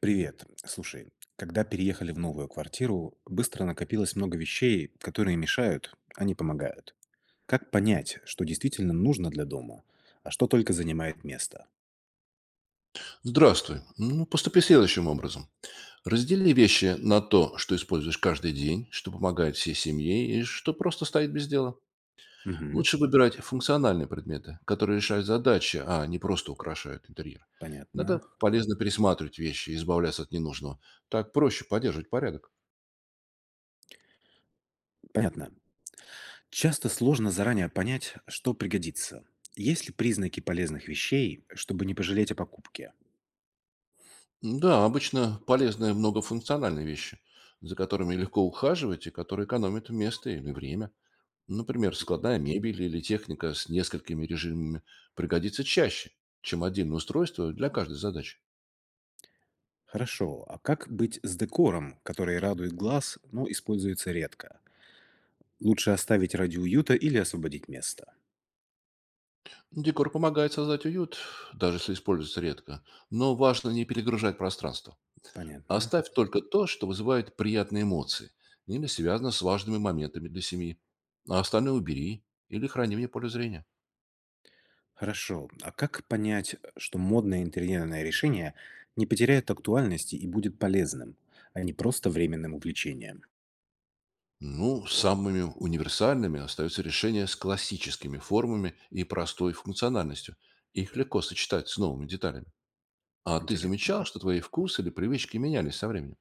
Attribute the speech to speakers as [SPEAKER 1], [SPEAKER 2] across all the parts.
[SPEAKER 1] Привет. Слушай, когда переехали в новую квартиру, быстро накопилось много вещей, которые мешают, а не помогают. Как понять, что действительно нужно для дома, а что только занимает место?
[SPEAKER 2] Здравствуй. Ну, Поступи следующим образом. Раздели вещи на то, что используешь каждый день, что помогает всей семье и что просто стоит без дела.
[SPEAKER 1] Мгм.
[SPEAKER 2] Лучше выбирать функциональные предметы, которые решают задачи, а не просто украшают интерьер.
[SPEAKER 1] Понятно.
[SPEAKER 2] Иногда полезно пересматривать вещи и избавляться от ненужного. Так проще поддерживать порядок.
[SPEAKER 1] Понятно. Часто сложно заранее понять, что пригодится. Есть ли признаки полезных вещей, чтобы не пожалеть о покупке?
[SPEAKER 2] Да, обычно полезны многофункциональные вещи, за которыми легко ухаживать и которые экономят место или время. Например, складная мебель или техника с несколькими режимами пригодится чаще, чем отдельное устройство для каждой задачи.
[SPEAKER 1] Хорошо, а как быть с декором, который радует глаз, но используется редко? Лучше оставить ради уюта или освободить место?
[SPEAKER 2] Декор помогает создать уют, даже если используется редко, но важно не перегружать пространство.
[SPEAKER 1] Понятно.
[SPEAKER 2] Оставь только то, что вызывает приятные эмоции или связано с важными моментами для семьи, а остальное убери или храни вне поля зрения.
[SPEAKER 1] Хорошо. А как понять, что модное интерьерное решение не потеряет актуальности и будет полезным, а не просто временным увлечением?
[SPEAKER 2] Ну, Самыми универсальными остаются решения с классическими формами и простой функциональностью. Их легко сочетать с новыми деталями. А ты
[SPEAKER 1] Интересно.
[SPEAKER 2] замечал, что твои вкусы или привычки менялись со временем?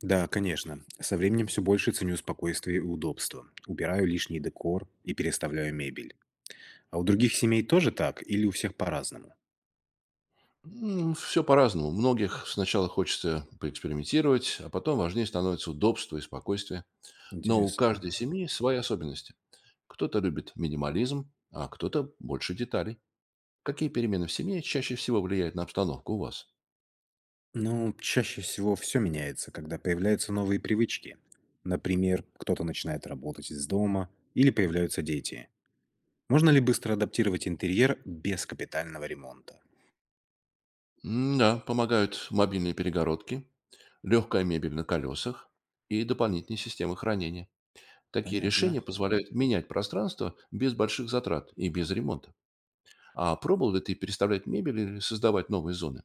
[SPEAKER 1] Да, конечно. Со временем все больше ценю спокойствие и удобство. Убираю лишний декор и переставляю мебель. А у других семей тоже так или у всех по-разному?
[SPEAKER 2] Все по-разному. Многих сначала хочется поэкспериментировать, а потом важнее становится удобство и спокойствие. Но у
[SPEAKER 1] Интересно.
[SPEAKER 2] каждой семьи свои особенности. Кто-то любит минимализм, а кто-то больше деталей. Какие перемены в семье чаще всего влияют на обстановку у вас?
[SPEAKER 1] Ну, Чаще всего все меняется, когда появляются новые привычки. Например, кто-то начинает работать из дома или появляются дети. Можно ли быстро адаптировать интерьер без капитального ремонта?
[SPEAKER 2] Да, помогают мобильные перегородки, легкая мебель на колесах и дополнительные системы хранения. Такие
[SPEAKER 1] Понятно.
[SPEAKER 2] решения позволяют менять пространство без больших затрат и без ремонта. А пробовал ли ты переставлять мебель или создавать новые зоны?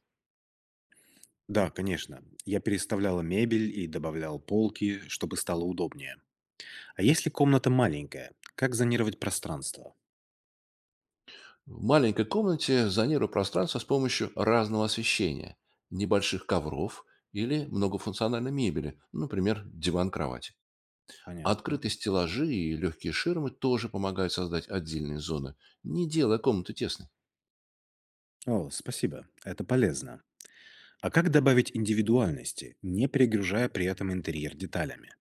[SPEAKER 1] Да, конечно. Я переставляла мебель и добавлял полки, чтобы стало удобнее. А если комната маленькая, как зонировать пространство?
[SPEAKER 2] В маленькой комнате зонирую пространство с помощью разного освещения, небольших ковров или многофункциональной мебели, например, диван-кровать.
[SPEAKER 1] Понятно.
[SPEAKER 2] Открытые стеллажи и легкие ширмы тоже помогают создать отдельные зоны, не делая комнаты тесной.
[SPEAKER 1] О, спасибо. Это полезно. А как добавить индивидуальности, не перегружая при этом интерьер деталями?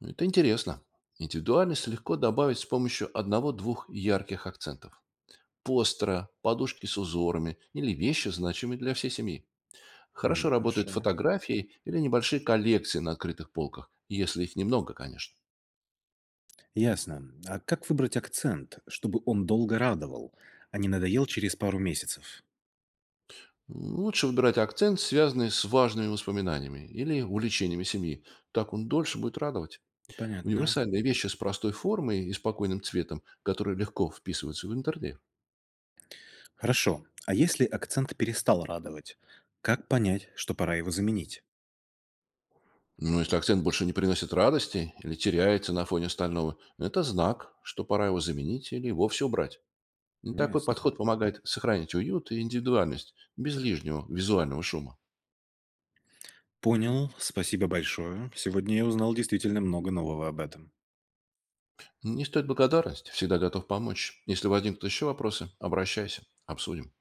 [SPEAKER 2] Это интересно. Индивидуальность легко добавить с помощью одного-двух ярких акцентов. Постера, подушки с узорами или вещи, значимые для всей семьи. Хорошо работают
[SPEAKER 1] Хорошо.
[SPEAKER 2] фотографии или небольшие коллекции на открытых полках, если их немного, конечно.
[SPEAKER 1] Ясно. А как выбрать акцент, чтобы он долго радовал, а не надоел через пару месяцев?
[SPEAKER 2] Лучше выбирать акцент, связанный с важными воспоминаниями или увлечениями семьи. Так он дольше будет радовать.
[SPEAKER 1] Понятно.
[SPEAKER 2] Универсальные вещи с простой формой и спокойным цветом, которые легко вписываются в интерьер.
[SPEAKER 1] Хорошо. А если акцент перестал радовать, как понять, что пора его заменить?
[SPEAKER 2] Но если акцент больше не приносит радости или теряется на фоне остального, это знак, что пора его заменить или вовсе убрать. Такой
[SPEAKER 1] Интересно.
[SPEAKER 2] подход помогает сохранить уют и индивидуальность без лишнего визуального шума.
[SPEAKER 1] Понял. Спасибо большое. Сегодня я узнал действительно много нового об этом.
[SPEAKER 2] Не стоит благодарность, всегда готов помочь. Если возникнут еще вопросы, обращайся, обсудим.